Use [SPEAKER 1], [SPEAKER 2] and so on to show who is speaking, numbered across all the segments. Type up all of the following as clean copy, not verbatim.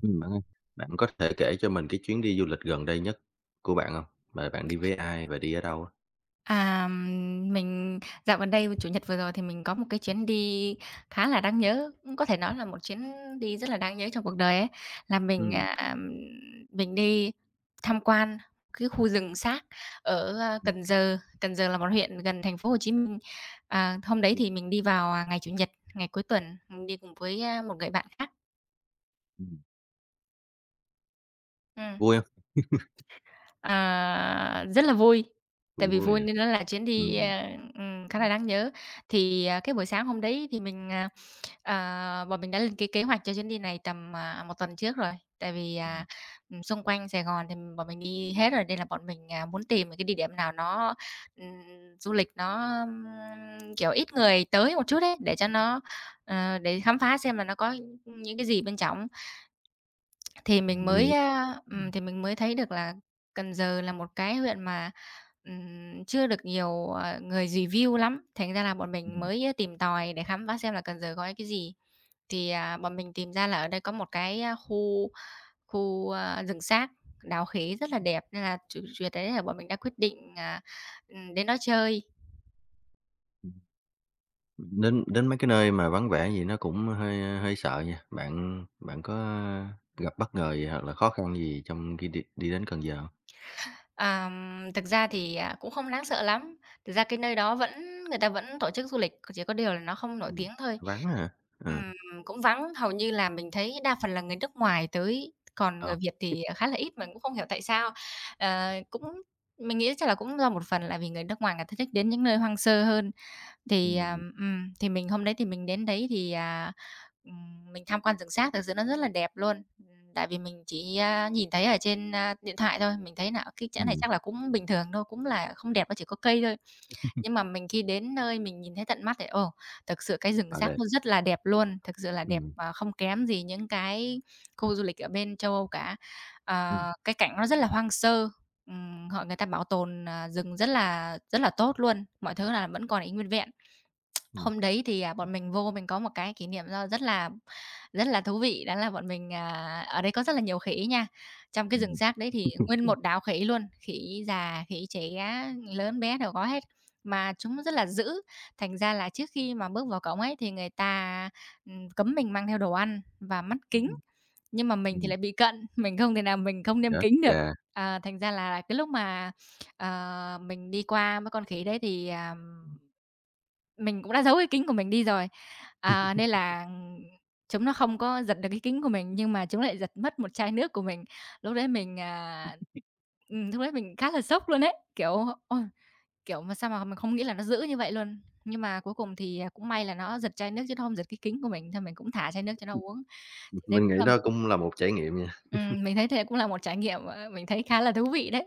[SPEAKER 1] Bạn ơi, bạn có thể kể cho mình cái chuyến đi du lịch gần đây nhất của bạn không? Và bạn đi với ai và đi ở đâu á?
[SPEAKER 2] À, mình dạo gần đây Chủ nhật vừa rồi thì mình có một cái chuyến đi khá là đáng nhớ, cũng có thể nói là một chuyến đi rất là đáng nhớ trong cuộc đời ấy, là mình,
[SPEAKER 1] Ừm.
[SPEAKER 2] à, mình đi tham quan cái khu rừng Sác ở,
[SPEAKER 1] Ừm.
[SPEAKER 2] Cần Giờ. Cần Giờ là một huyện gần thành phố Hồ Chí Minh. Hôm đấy
[SPEAKER 1] Biết.
[SPEAKER 2] thì mình đi vào, ngày Chủ nhật, ngày cuối tuần, mình đi cùng với, một người bạn khác.
[SPEAKER 1] Ừm.
[SPEAKER 2] Ừm.
[SPEAKER 1] Vui không?
[SPEAKER 2] Rất là vui, tại
[SPEAKER 1] Cũng
[SPEAKER 2] vì
[SPEAKER 1] vui
[SPEAKER 2] vui
[SPEAKER 1] nè.
[SPEAKER 2] nên nó là chuyến đi,
[SPEAKER 1] Ừm.
[SPEAKER 2] khá là
[SPEAKER 1] Ừm.
[SPEAKER 2] đáng nhớ. Thì cái buổi sáng hôm đấy thì bọn mình đã lên cái kế hoạch cho chuyến đi này tầm, 1 tuần trước rồi, tại vì,
[SPEAKER 1] Ừm.
[SPEAKER 2] xung quanh Sài Gòn thì bọn mình đi hết rồi nên là bọn mình, muốn tìm một cái địa điểm nào nó, du lịch nó, kiểu, ít người tới một chút ấy, để cho nó, để khám phá xem là nó có những cái gì bên trong. Thì mình
[SPEAKER 1] Mình
[SPEAKER 2] mới,
[SPEAKER 1] nghĩ.
[SPEAKER 2] a, ừm,
[SPEAKER 1] Ừm.
[SPEAKER 2] thì mình mới thấy được là Cần Giờ là một cái huyện mà, chưa được nhiều, người review lắm, thành ra là bọn mình
[SPEAKER 1] Ừm.
[SPEAKER 2] mới, tìm tòi để khám phá xem là Cần Giờ có cái gì. Thì bọn mình tìm ra là ở đây có một cái, a, khu khu, a, rừng Sác, đào khế rất là đẹp nên là chủ chủ đấy là bọn mình đã quyết định, đến đó chơi.
[SPEAKER 1] Ừm. Đến đến mấy cái nơi mà vắng vẻ gì nó cũng hơi, hơi sợ nha. Bạn bạn có gặp bất ngờ gì hoặc là khó khăn gì trong khi đi đi đến Cần Giờ hông?
[SPEAKER 2] Ờm, Thực ra thì, cũng không đáng sợ lắm. Thực ra cái nơi đó vẫn người ta vẫn tổ chức du lịch, chỉ có điều là nó không nổi
[SPEAKER 1] Ừm.
[SPEAKER 2] tiếng thôi.
[SPEAKER 1] Vắng hả? Ờ.
[SPEAKER 2] Ừm, Cũng vắng, hầu như là mình thấy đa phần là người nước ngoài tới, còn
[SPEAKER 1] Ờ.
[SPEAKER 2] người Việt thì, khá là ít, mình cũng không hiểu tại sao. Ờ, cũng Mình nghĩ chắc là cũng do một phần là vì người nước ngoài người ta thích đến những nơi hoang sơ hơn. Thì, à,
[SPEAKER 1] Ừm.
[SPEAKER 2] thì mình hôm đấy thì mình đến đấy thì, mình tham quan rừng Sác, thực sự nó rất là đẹp luôn. Tại vì mình chỉ, nhìn thấy ở trên, điện thoại thôi, mình thấy nà cái chỗ này
[SPEAKER 1] Ừm.
[SPEAKER 2] chắc là cũng bình thường thôi, cũng là không đẹp, nó chỉ có cây thôi. Nhưng mà mình khi đến nơi mình nhìn thấy tận mắt thì, ồ, thực sự cái rừng
[SPEAKER 1] Ở
[SPEAKER 2] Sác
[SPEAKER 1] đây.
[SPEAKER 2] nó rất là đẹp luôn, thực sự là đẹp,
[SPEAKER 1] Ừm.
[SPEAKER 2] không kém gì những cái khu du lịch ở bên châu Âu cả.
[SPEAKER 1] Ừm.
[SPEAKER 2] Cái cảnh nó rất là hoang sơ, họ người ta bảo tồn, rừng rất là tốt luôn, mọi thứ là vẫn còn y nguyên vẹn.
[SPEAKER 1] Ừm.
[SPEAKER 2] Hôm đấy thì, à, bọn mình vô mình có một cái kỷ niệm nó rất là thú vị, đó là bọn mình, ở đây có rất là nhiều khỉ nha. Trong cái rừng
[SPEAKER 1] Ừm.
[SPEAKER 2] rác đấy thì nguyên một đám khỉ luôn, khỉ già, khỉ trẻ, lớn bé đều có hết, mà chúng rất là dữ. Thành ra là trước khi mà bước vào cổng ấy thì người ta, cấm mình mang theo đồ ăn và mắt kính,
[SPEAKER 1] Ừm.
[SPEAKER 2] nhưng mà mình thì
[SPEAKER 1] Ừm.
[SPEAKER 2] lại bị cận, mình không thể nào mình không đeo
[SPEAKER 1] Chết
[SPEAKER 2] kính được.
[SPEAKER 1] cha!
[SPEAKER 2] Thành ra là cái lúc mà, mình đi qua mấy con khỉ đấy thì, mình cũng đã giấu cái kính của mình đi rồi, nên là, chúng nó không có giật được cái kính của mình, nhưng mà chúng lại giật mất một chai nước của mình. Lúc đấy mình, à, lúc đấy mình khá là sốc luôn đấy kiểu, ôi, kiểu, mà sao mà mình không nghĩ là nó dữ như vậy luôn. Nhưng mà cuối cùng thì, cũng may là nó giật chai nước chứ nó không giật cái kính của mình, thì mình cũng thả chai nước cho nó uống. Thì đây
[SPEAKER 1] Mình
[SPEAKER 2] cũng
[SPEAKER 1] nghĩ
[SPEAKER 2] là
[SPEAKER 1] đó cũng là một trải nghiệm nha.
[SPEAKER 2] Mình thấy thế cũng là một trải nghiệm, mình thấy khá là thú vị đấy.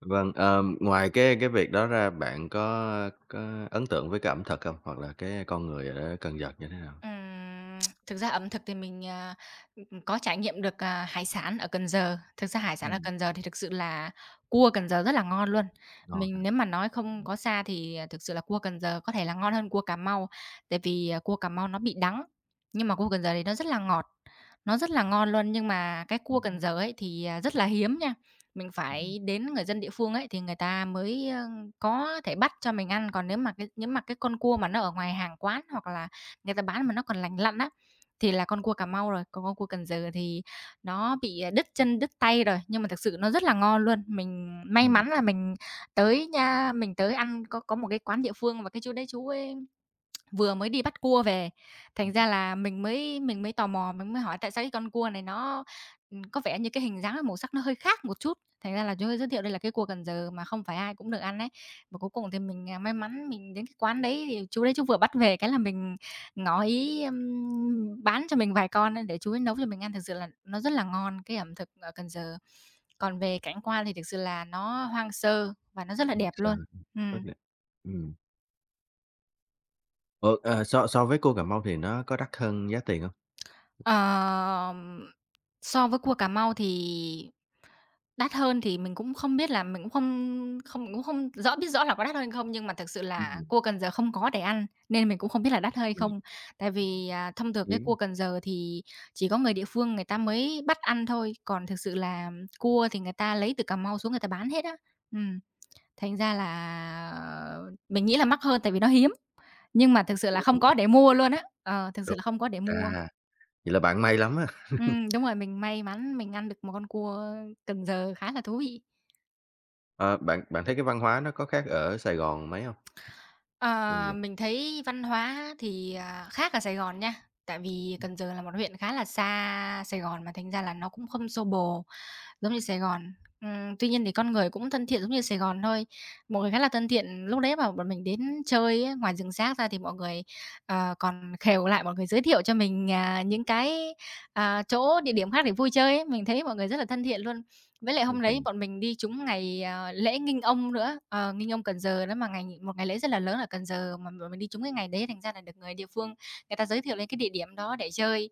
[SPEAKER 1] Vâng, ngoài cái việc đó ra bạn có ấn tượng với cái ẩm thực hông? Hoặc là cái con người ở Cần Giờ như thế nào?
[SPEAKER 2] Ừm, Thực ra ẩm thực thì mình, có trải nghiệm được, hải sản ở Cần Giờ. Thực ra hải sản ở
[SPEAKER 1] Ừm,
[SPEAKER 2] Cần Giờ thì thực sự là cua Cần Giờ rất là ngon luôn.
[SPEAKER 1] ngon
[SPEAKER 2] Mình
[SPEAKER 1] ha.
[SPEAKER 2] nếu mà nói không có xa thì, thực sự là cua Cần Giờ có thể là ngon hơn cua Cà Mau, tại vì, cua Cà Mau nó bị đắng, nhưng mà cua Cần Giờ thì nó rất là ngọt, nó rất là ngon luôn. Nhưng mà cái cua
[SPEAKER 1] Ừm.
[SPEAKER 2] Cần Giờ ấy thì, rất là hiếm nha, mình
[SPEAKER 1] Ừm.
[SPEAKER 2] phải đến người dân địa phương ấy thì người ta mới, có thể bắt cho mình ăn. Còn nếu mà cái con cua mà nó ở ngoài hàng quán hoặc là người ta bán mà nó còn lành lặn á, thì là con cua Cà Mau rồi, còn con cua Cần Giờ thì nó bị, đứt chân, đứt tay rồi, nhưng mà thực sự nó rất là ngon luôn. Mình may
[SPEAKER 1] Ừm.
[SPEAKER 2] mắn là mình tới ăn có một cái quán địa phương và cái chú ấy vừa mới đi bắt cua về, thành ra là mình mới tò mò, mình mới hỏi tại sao cái con cua này nó, có vẻ như cái hình dáng và màu sắc nó hơi khác một chút, thành ra là chú ấy giới thiệu đây là cái cua Cần Giờ mà không phải ai cũng được ăn ấy. Và cuối cùng thì mình, may mắn mình đến cái quán đấy thì chú vừa bắt về cái là mình ngỏ ý, bán cho mình vài con á để chú ấy nấu cho mình ăn. Thực sự là nó rất là ngon, cái ẩm thực ở Cần Giờ. Còn về cảnh quan thì thực sự là nó hoang sơ và nó rất là đẹp
[SPEAKER 1] Sơ
[SPEAKER 2] luôn.
[SPEAKER 1] rất
[SPEAKER 2] Ừm.
[SPEAKER 1] đẹp. Ừm. Ủa, so so với cua Cà Mau thì nó có đắt hơn giá tiền hông?
[SPEAKER 2] Ờ, so với cua Cà Mau thì đắt hơn thì mình cũng không biết là mình cũng không không mình cũng không rõ biết rõ là có đắt hơn không, nhưng mà thực sự là
[SPEAKER 1] Ừm,
[SPEAKER 2] cua Cần Giờ không có để ăn, nên mình cũng không biết là đắt hay
[SPEAKER 1] mình nghĩ.
[SPEAKER 2] không. Tại vì, thông thường cái cua
[SPEAKER 1] Hiếm
[SPEAKER 2] Cần Giờ thì chỉ có người địa phương người ta mới bắt ăn thôi, còn thực sự là cua thì người ta lấy từ Cà Mau xuống người ta bán hết á. Ừm, Thành ra là mình nghĩ là mắc hơn tại vì nó hiếm, nhưng mà thực sự là
[SPEAKER 1] hiếm gần
[SPEAKER 2] không
[SPEAKER 1] lắm,
[SPEAKER 2] có để mua luôn á, thực sự
[SPEAKER 1] đúng.
[SPEAKER 2] là không có để mua.
[SPEAKER 1] À, vậy là bạn may lắm á.
[SPEAKER 2] Đúng rồi, mình may mắn mình ăn được một con cua Cần Giờ khá là thú vị.
[SPEAKER 1] Ờ, bạn bạn thấy cái văn hóa nó có khác ở Sài Gòn mấy hông? Cần
[SPEAKER 2] Ờ,
[SPEAKER 1] Giờ.
[SPEAKER 2] mình thấy văn hóa thì, khác ở Sài Gòn nha, tại vì Cần Giờ là một huyện khá là xa Sài Gòn mà thành ra là nó cũng không xô bồ giống như Sài Gòn. Tuy nhiên thì con người cũng thân thiện giống như Sài Gòn thôi, mọi người khá là thân thiện. Lúc đấy mà bọn mình đến chơi á, ngoài rừng rác ra thì mọi người, còn khều lại mọi người giới thiệu cho mình, những cái, chỗ địa điểm khác để vui chơi ấy, mình thấy mọi người rất là thân thiện luôn. Với lại hôm đấy bọn mình đi trúng ngày, lễ Nghinh Ông nữa, Nghinh Ông Cần Giờ đó mà ngày một ngày lễ rất là lớn ở Cần Giờ mà bọn mình đi trúng cái ngày đấy, thành ra là được người địa phương người ta giới thiệu lên cái địa điểm đó để chơi.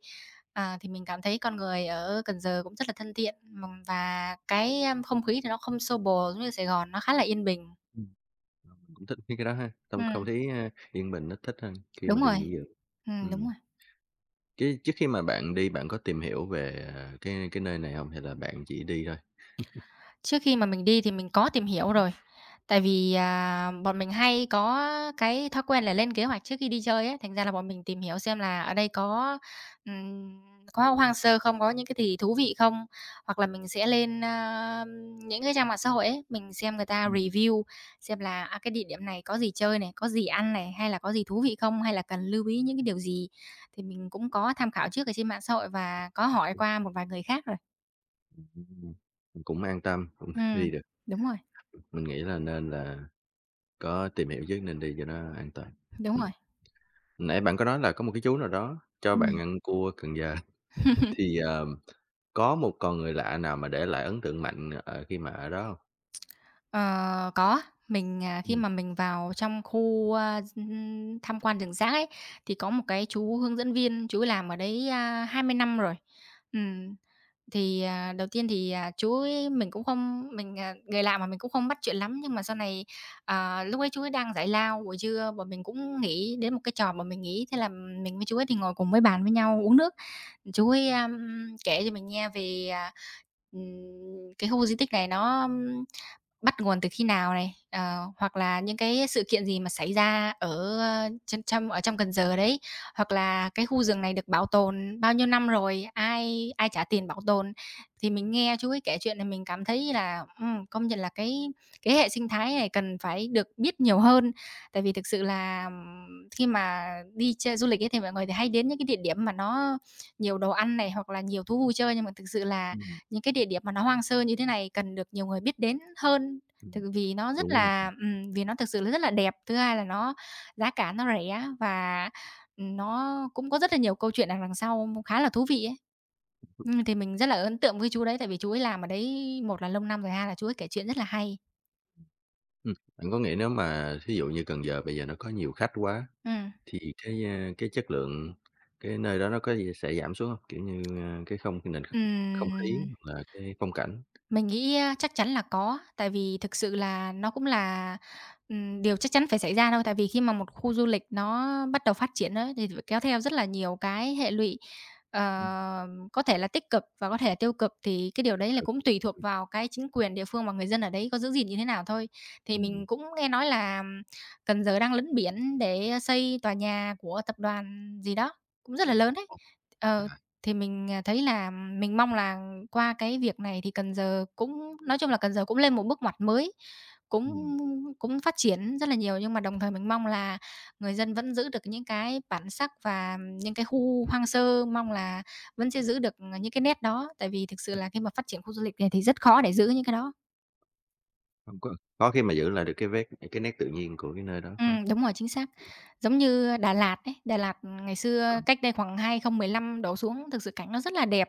[SPEAKER 2] Thì mình cảm thấy con người ở Cần Giờ cũng rất là thân thiện, và cái, không khí thì nó không xô bồ giống như Sài Gòn, nó khá là yên bình.
[SPEAKER 1] Cũng thích mấy cái đó ha, trong không
[SPEAKER 2] Ừm,
[SPEAKER 1] khí, yên bình nó thích hơn khi
[SPEAKER 2] Đúng
[SPEAKER 1] mà đi
[SPEAKER 2] rồi,
[SPEAKER 1] nghỉ dưỡng.
[SPEAKER 2] đúng
[SPEAKER 1] Ừm,
[SPEAKER 2] rồi.
[SPEAKER 1] cái trước khi mà bạn đi bạn có tìm hiểu về, cái nơi này hông hay là bạn chỉ đi thôi?
[SPEAKER 2] Trước khi mà mình đi thì mình có tìm hiểu rồi, tại vì, bọn mình hay có cái thói quen là lên kế hoạch trước khi đi chơi ấy, thành ra là bọn mình tìm hiểu xem là ở đây ừm, có hoang sơ không, có những cái gì thú vị không. Hoặc là mình sẽ lên, những cái trang mạng xã hội ấy, mình xem người ta
[SPEAKER 1] Ừm.
[SPEAKER 2] review xem là, cái địa điểm này có gì chơi này, có gì ăn này, hay là có gì thú vị không, hay là cần lưu ý những cái điều gì. Thì mình cũng có tham khảo trước ở trên mạng xã hội và có hỏi qua một vài người khác rồi.
[SPEAKER 1] Ừm, mình cũng an tâm, cũng
[SPEAKER 2] Ừm,
[SPEAKER 1] đi được,
[SPEAKER 2] đúng rồi,
[SPEAKER 1] mình nghĩ là nên là có tìm hiểu trước nên đi cho nó an toàn.
[SPEAKER 2] đúng
[SPEAKER 1] Ừm,
[SPEAKER 2] rồi.
[SPEAKER 1] nãy bạn có nói là có một cái chú nào đó cho
[SPEAKER 2] Ừm.
[SPEAKER 1] bạn ăn cua Cần Giờ, thì, có một con người lạ nào mà để lại ấn tượng mạnh, ở khi mà ở đó hông?
[SPEAKER 2] Ờ, có. Mình, khi
[SPEAKER 1] Ừm.
[SPEAKER 2] mà mình vào trong khu, tham quan rừng rác ấy, thì có một cái chú hướng dẫn viên, chú ấy làm ở đấy, 20 năm rồi. Ừm, Đầu tiên thì, chú ấy mình cũng không mình, người lạ mà mình cũng không bắt chuyện lắm, nhưng mà sau này, lúc ấy chú ấy đang giải lao buổi trưa, bọn mình cũng nghỉ đến một cái trò mà mình nghỉ, thế là mình với chú ấy thì ngồi cùng với bàn với nhau uống nước. Chú ấy, kể cho mình nghe về, ừm, cái khu di tích này nó, bắt nguồn từ khi nào này, hoặc là những cái sự kiện gì mà xảy ra ở, trên trong ở trong Cần Giờ đấy, hoặc là cái khu rừng này được bảo tồn bao nhiêu năm rồi, ai ai trả tiền bảo tồn. Thì mình nghe chú ấy kể chuyện này mình cảm thấy là, công nhận là cái hệ sinh thái này cần phải được biết nhiều hơn. Tại vì thực sự là, khi mà đi chơi du lịch ấy thì mọi người thì hay đến những cái địa điểm mà nó nhiều đồ ăn này, hoặc là nhiều thú vui chơi, nhưng mà thực sự là
[SPEAKER 1] Ừm.
[SPEAKER 2] những cái địa điểm mà nó hoang sơ như thế này cần được nhiều người biết đến hơn.
[SPEAKER 1] Ừm.
[SPEAKER 2] Thực vì nó rất
[SPEAKER 1] Đúng rồi.
[SPEAKER 2] là Vì nó thực sự là rất là đẹp, thứ hai là nó giá cả nó rẻ và, nó cũng có rất là nhiều câu chuyện đằng đằng sau khá là thú vị ấy. Thì mình rất là ấn tượng với chú đấy, tại vì chú ấy làm ở đấy một là lâu năm rồi, hai là chú ấy kể chuyện rất là hay.
[SPEAKER 1] Bạn có nghĩ nếu mà thí dụ như Cần Giờ bây giờ nó có nhiều khách quá
[SPEAKER 2] Ừm.
[SPEAKER 1] thì cái, cái chất lượng cái nơi đó nó có gì sẽ giảm xuống hông? Kiểu như, cái không cái nền kh không khí
[SPEAKER 2] Ừm.
[SPEAKER 1] hoặc là cái phong cảnh?
[SPEAKER 2] Mình nghĩ, chắc chắn là có, tại vì thực sự là nó cũng là, điều chắc chắn phải xảy ra đâu. Tại vì khi mà một khu du lịch nó bắt đầu phát triển á, thì phải kéo theo rất là nhiều cái hệ lụy, ờ,
[SPEAKER 1] Ừm,
[SPEAKER 2] có thể là tích cực và có thể là tiêu cực, thì cái điều
[SPEAKER 1] tiêu
[SPEAKER 2] đấy là
[SPEAKER 1] cực.
[SPEAKER 2] cũng tùy thuộc vào cái chính quyền địa phương và người dân ở đấy có giữ gìn như thế nào thôi. Thì
[SPEAKER 1] Ừm,
[SPEAKER 2] mình cũng nghe nói là Cần Giờ đang lấn biển để xây tòa nhà của tập đoàn gì đó, cũng rất là lớn ấy.
[SPEAKER 1] tồn
[SPEAKER 2] Ờ,
[SPEAKER 1] tại.
[SPEAKER 2] thì mình, thấy là mình mong là qua cái việc này thì Cần Giờ cũng nói chung là Cần Giờ cũng lên một bước ngoặt mới, cũng
[SPEAKER 1] Ừm.
[SPEAKER 2] cũng phát triển rất là nhiều, nhưng mà đồng thời mình mong là người dân vẫn giữ được những cái bản sắc và những cái khu hoang sơ, mong là vẫn sẽ giữ được, những cái nét đó. Tại vì thực sự là khi mà phát triển khu du lịch này thì rất khó để giữ những cái đó.
[SPEAKER 1] Hông có khó khi mà giữ lại được cái nét tự nhiên của cái nơi đó không?
[SPEAKER 2] Đúng rồi, chính xác. Giống như Đà Lạt ấy, Đà Lạt ngày
[SPEAKER 1] Ờ,
[SPEAKER 2] xưa cách đây khoảng 2015 đổ xuống, thực sự cảnh nó rất là đẹp,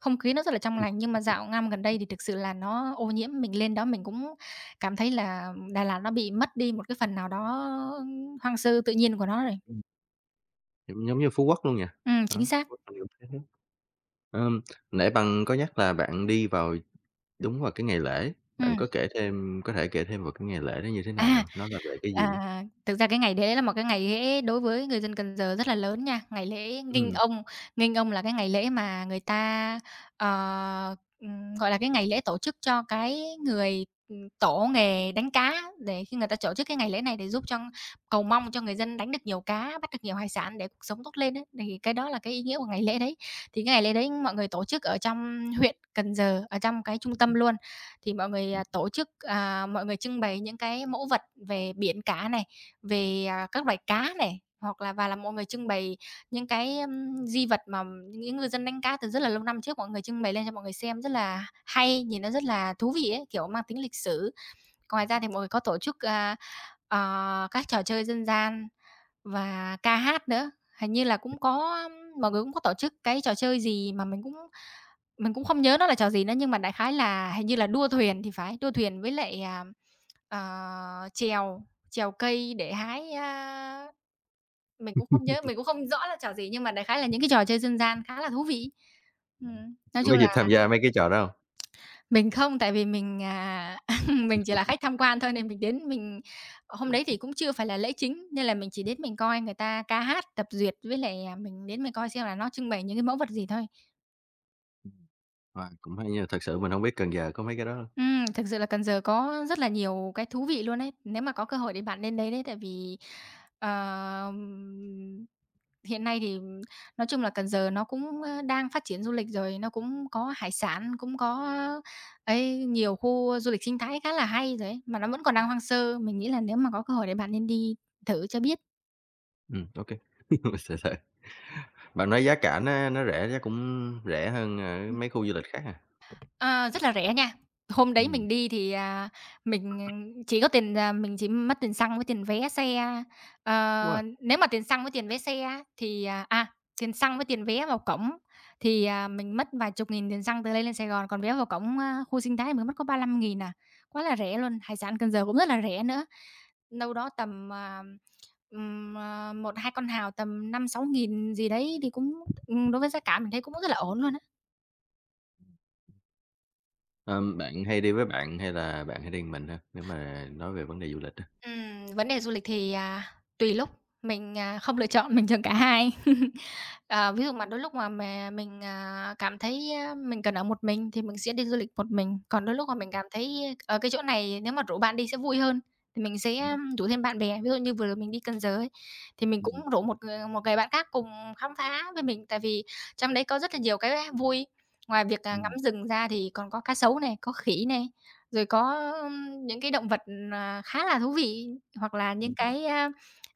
[SPEAKER 2] không khí nó rất là trong
[SPEAKER 1] đúng rồi.
[SPEAKER 2] lành, nhưng mà dạo năm gần đây thì thực sự là nó ô nhiễm. Mình lên đó mình cũng cảm thấy là Đà Lạt nó bị mất đi một cái phần nào đó hoang sơ tự nhiên của nó rồi.
[SPEAKER 1] Giống giống như Phú Quốc luôn nha. Đó,
[SPEAKER 2] Chính
[SPEAKER 1] Phú
[SPEAKER 2] xác.
[SPEAKER 1] Quốc mình cũng thấy thế. Ờm, nãy bạn có nhắc là bạn đi vào đúng vào cái ngày lễ, bạn
[SPEAKER 2] Ừm.
[SPEAKER 1] có thể kể thêm vào cái ngày lễ đó như thế nào được
[SPEAKER 2] À.
[SPEAKER 1] hông? Nó là về cái gì?
[SPEAKER 2] À, thực ra cái ngày đấy là một cái ngày lễ đối với người dân Cần Giờ rất là lớn nha. Ngày lễ Nghinh
[SPEAKER 1] Ừm,
[SPEAKER 2] Ông, Nghinh Ông là cái ngày lễ mà người ta, ờ, gọi là, cái ngày lễ tổ chức cho cái người, tổ nghề đánh cá, để khi người ta tổ chức cái ngày lễ này để giúp cho cầu mong cho người dân đánh được nhiều cá, bắt được nhiều hải sản để cuộc sống tốt lên ấy, thì cái đó là cái ý nghĩa của ngày lễ đấy. Thì cái ngày lễ đấy mọi người tổ chức ở trong huyện Cần Giờ, ở trong cái trung tâm luôn. Thì mọi người, tổ chức, mọi người trưng bày những cái mẫu vật về biển cả này, về, các loài cá này, hoặc là và là mọi người trưng bày những cái, di vật mà những người dân đánh cá từ rất là lâu năm trước, mọi người trưng bày lên cho mọi người xem rất là hay, nhìn nó rất là thú vị ấy, kiểu, mang tính lịch sử. Ngoài ra thì mọi người có tổ chức, các trò chơi dân gian và ca hát nữa, hình như là cũng có mọi người cũng có tổ chức cái trò chơi gì mà mình cũng không nhớ nó là trò gì nữa, nhưng mà đại khái là hình như là đua thuyền thì phải, đua thuyền với lại, trèo trèo cây để hái, mình cũng không nhớ, mình cũng không rõ là trò gì, nhưng mà đại khái là những cái trò chơi dân gian khá là thú vị.
[SPEAKER 1] bạn
[SPEAKER 2] Nói
[SPEAKER 1] có
[SPEAKER 2] chung là
[SPEAKER 1] dịp tham gia mấy cái trò đó hông?
[SPEAKER 2] mình không, tại vì mình, mình chỉ là khách tham quan thôi nên mình đến mình
[SPEAKER 1] Ừ,
[SPEAKER 2] hôm đấy thì
[SPEAKER 1] ừm,
[SPEAKER 2] cũng chưa phải là lễ chính, nên là mình chỉ đến mình coi người ta ca hát, tập duyệt với lại, mình đến mình coi xem là nó trưng bày những cái mẫu vật gì thôi.
[SPEAKER 1] wow, cũng hay nha, thật sự mình hông biết Cần Giờ có mấy cái đó đâu.
[SPEAKER 2] Thực sự là Cần Giờ có rất là nhiều cái thú vị luôn ấy. Nếu mà có cơ hội thì bạn nên đấy đấy, tại vì, ờm, hiện nay thì nói chung là Cần Giờ nó cũng, đang phát triển du lịch rồi, nó cũng có hải sản, cũng có ấy, nhiều khu du lịch sinh thái khá là hay rồi ấy, mà nó vẫn còn đang hoang sơ. Mình nghĩ là nếu mà có cơ hội thì bạn nên đi thử cho biết.
[SPEAKER 1] Ô kê. Sợ sợ. Bạn nói giá cả nó rẻ chắc cũng rẻ hơn ở mấy khu du lịch khác à?
[SPEAKER 2] Ờ, rất là rẻ nha. Hôm đấy
[SPEAKER 1] Ừm,
[SPEAKER 2] mình đi thì, mình chỉ có tiền, mình chỉ mất tiền xăng với tiền vé xe. Ờ,
[SPEAKER 1] wow.
[SPEAKER 2] nếu mà tiền xăng với tiền vé xe á thì, tiền xăng với tiền vé vào cổng thì, mình mất vài chục nghìn tiền xăng từ đây lên Sài Gòn, còn vé vào cổng, khu sinh thái mình mất có 35.000 à, quá là rẻ luôn. Hải sản Cần Giờ cũng rất là rẻ nữa, đâu đó tầm, 1-2 con hào tầm năm sáu nghìn gì đấy thì cũng, đối với giá cả mình thấy cũng rất là ổn luôn.
[SPEAKER 1] Bạn hay đi với bạn hay là bạn hay đi một mình ha? Nếu mà nói về vấn đề du lịch á.
[SPEAKER 2] Vấn đề du lịch thì, tùy lúc, mình, không lựa chọn, mình chọn cả hai. Ờ, ví dụ mà đôi lúc mà mình, cảm thấy, mình cần ở một mình thì mình sẽ đi du lịch một mình, còn đôi lúc mà mình cảm thấy, ở cái chỗ này nếu mà rủ bạn đi sẽ vui hơn thì mình sẽ rủ thêm bạn bè. Ví dụ như vừa rồi mình đi Cần Giờ ấy, thì mình cũng
[SPEAKER 1] Ừm.
[SPEAKER 2] rủ một người bạn khác cùng khám phá với mình, tại vì trong đấy có rất là nhiều cái vui. Ngoài việc, ngắm
[SPEAKER 1] Ừm.
[SPEAKER 2] rừng ra thì còn có cá sấu này, có khỉ này, rồi có những cái động vật, khá là thú vị, hoặc là những
[SPEAKER 1] Ừm.
[SPEAKER 2] cái, a,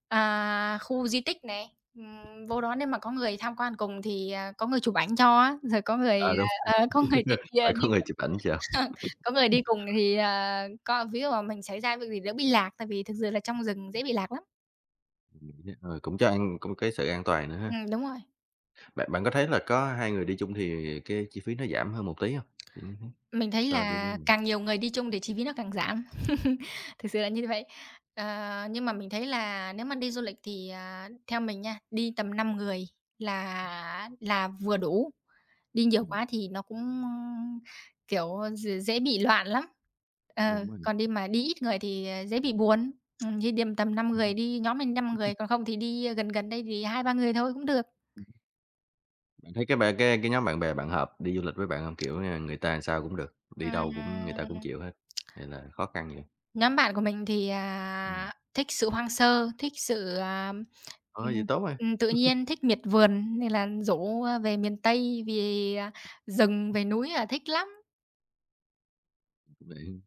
[SPEAKER 2] à, khu di tích này, vô đó nếu mà có người tham quan cùng thì, có người chụp ảnh cho á, rồi có người,
[SPEAKER 1] À, đúng,
[SPEAKER 2] có người đi,
[SPEAKER 1] phải
[SPEAKER 2] đi
[SPEAKER 1] có người
[SPEAKER 2] cùng
[SPEAKER 1] chụp ảnh chờ,
[SPEAKER 2] có người đi cùng thì, à, co ví dụ mà mình xảy ra việc gì lỡ bị lạc, tại vì thực sự là trong rừng dễ bị lạc lắm.
[SPEAKER 1] ờ, cũng cái sự an toàn nữa ha.
[SPEAKER 2] Đúng rồi.
[SPEAKER 1] Bạn bạn có thấy là có hai người đi chung thì cái chi phí nó giảm hơn một tí hông? Kiểu như thế,
[SPEAKER 2] Mình thấy
[SPEAKER 1] so đi với
[SPEAKER 2] là
[SPEAKER 1] người.
[SPEAKER 2] càng nhiều người đi chung thì chi phí nó càng giảm. Thực sự là như vậy. Ờ, nhưng mà mình thấy là nếu mà đi du lịch thì, theo mình nha, đi tầm 5 người là vừa đủ, đi nhiều
[SPEAKER 1] ừm,
[SPEAKER 2] quá thì nó cũng, kiểu, dễ bị loạn lắm. Ờ,
[SPEAKER 1] đúng rồi.
[SPEAKER 2] còn đi mà đi ít người thì, ờ, dễ bị buồn. Như điểm tầm 5 người đi nhóm mình 5 người, còn không thì đi gần gần đây thì hai ba người thôi cũng được.
[SPEAKER 1] Bạn thấy cái nhóm bạn bè bạn hợp đi du lịch với bạn không? Kiểu, người ta làm sao cũng được, đi đâu cũng người ta cũng
[SPEAKER 2] Ừm.
[SPEAKER 1] chịu hết, hay là khó khăn vậy?
[SPEAKER 2] Nhóm bạn của mình thì,
[SPEAKER 1] Ừm,
[SPEAKER 2] thích sự hoang sơ, thích sự,
[SPEAKER 1] ờ, vậy
[SPEAKER 2] ừm,
[SPEAKER 1] tốt rồi.
[SPEAKER 2] tự nhiên, thích miệt vườn nên là rủ, về miền Tây, về, rừng, về núi là thích lắm.
[SPEAKER 1] Vậy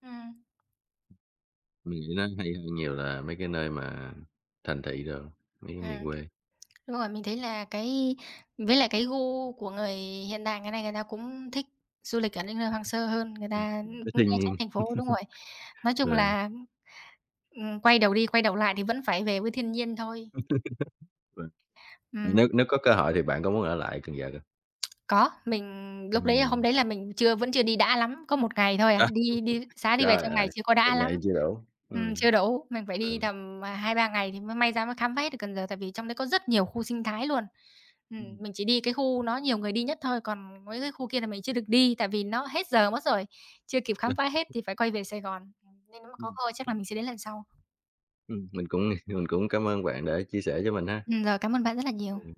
[SPEAKER 2] Ừm,
[SPEAKER 1] mình nghĩ nó hay hơn nhiều là mấy cái nơi mà thành thị rồi mấy cái
[SPEAKER 2] ừm,
[SPEAKER 1] miền quê.
[SPEAKER 2] Đúng rồi, mình thấy là cái với lại cái gu của người hiện đại ngày nay người ta cũng thích du lịch ở những nơi hoang sơ hơn, người
[SPEAKER 1] Ừm,
[SPEAKER 2] ta
[SPEAKER 1] với
[SPEAKER 2] cũng
[SPEAKER 1] thiên
[SPEAKER 2] né tránh
[SPEAKER 1] nhiên.
[SPEAKER 2] thành phố đúng rồi. Nói chung
[SPEAKER 1] ừ,
[SPEAKER 2] là, quay đầu đi quay đầu lại thì vẫn phải về với thiên nhiên thôi.
[SPEAKER 1] ừ,
[SPEAKER 2] Ừm.
[SPEAKER 1] nếu nếu có cơ hội thì bạn có muốn ở lại Cần Giờ không?
[SPEAKER 2] Có, mình lúc đấy hôm
[SPEAKER 1] Ừm,
[SPEAKER 2] đấy là mình chưa vẫn chưa đi đã lắm, có một ngày thôi à,
[SPEAKER 1] trời,
[SPEAKER 2] đi đi xá đi về
[SPEAKER 1] trời
[SPEAKER 2] trong ngày
[SPEAKER 1] ơi,
[SPEAKER 2] chưa có
[SPEAKER 1] một
[SPEAKER 2] đã lắm.
[SPEAKER 1] ngày chưa đủ. Ừm.
[SPEAKER 2] Chưa đủ, mình phải
[SPEAKER 1] Ừ.
[SPEAKER 2] đi tầm, 2-3 ngày thì mới may ra mới khám phá hết được Cần Giờ, tại vì trong đấy có rất nhiều khu sinh thái luôn.
[SPEAKER 1] Ừm.
[SPEAKER 2] Mình chỉ đi cái khu nó nhiều người đi nhất thôi, còn mấy cái khu kia là mình chưa được đi, tại vì nó hết giờ mất rồi, chưa kịp khám
[SPEAKER 1] Được.
[SPEAKER 2] phá hết thì phải quay về Sài Gòn, nên nếu mà có
[SPEAKER 1] Ừm.
[SPEAKER 2] cơ hội chắc là
[SPEAKER 1] Ừm.
[SPEAKER 2] mình sẽ đến lần sau.
[SPEAKER 1] Mình cũng mình cũng cảm ơn bạn đã chia sẻ cho mình ha.
[SPEAKER 2] Rồi, cảm ơn bạn rất là nhiều.
[SPEAKER 1] Ừm.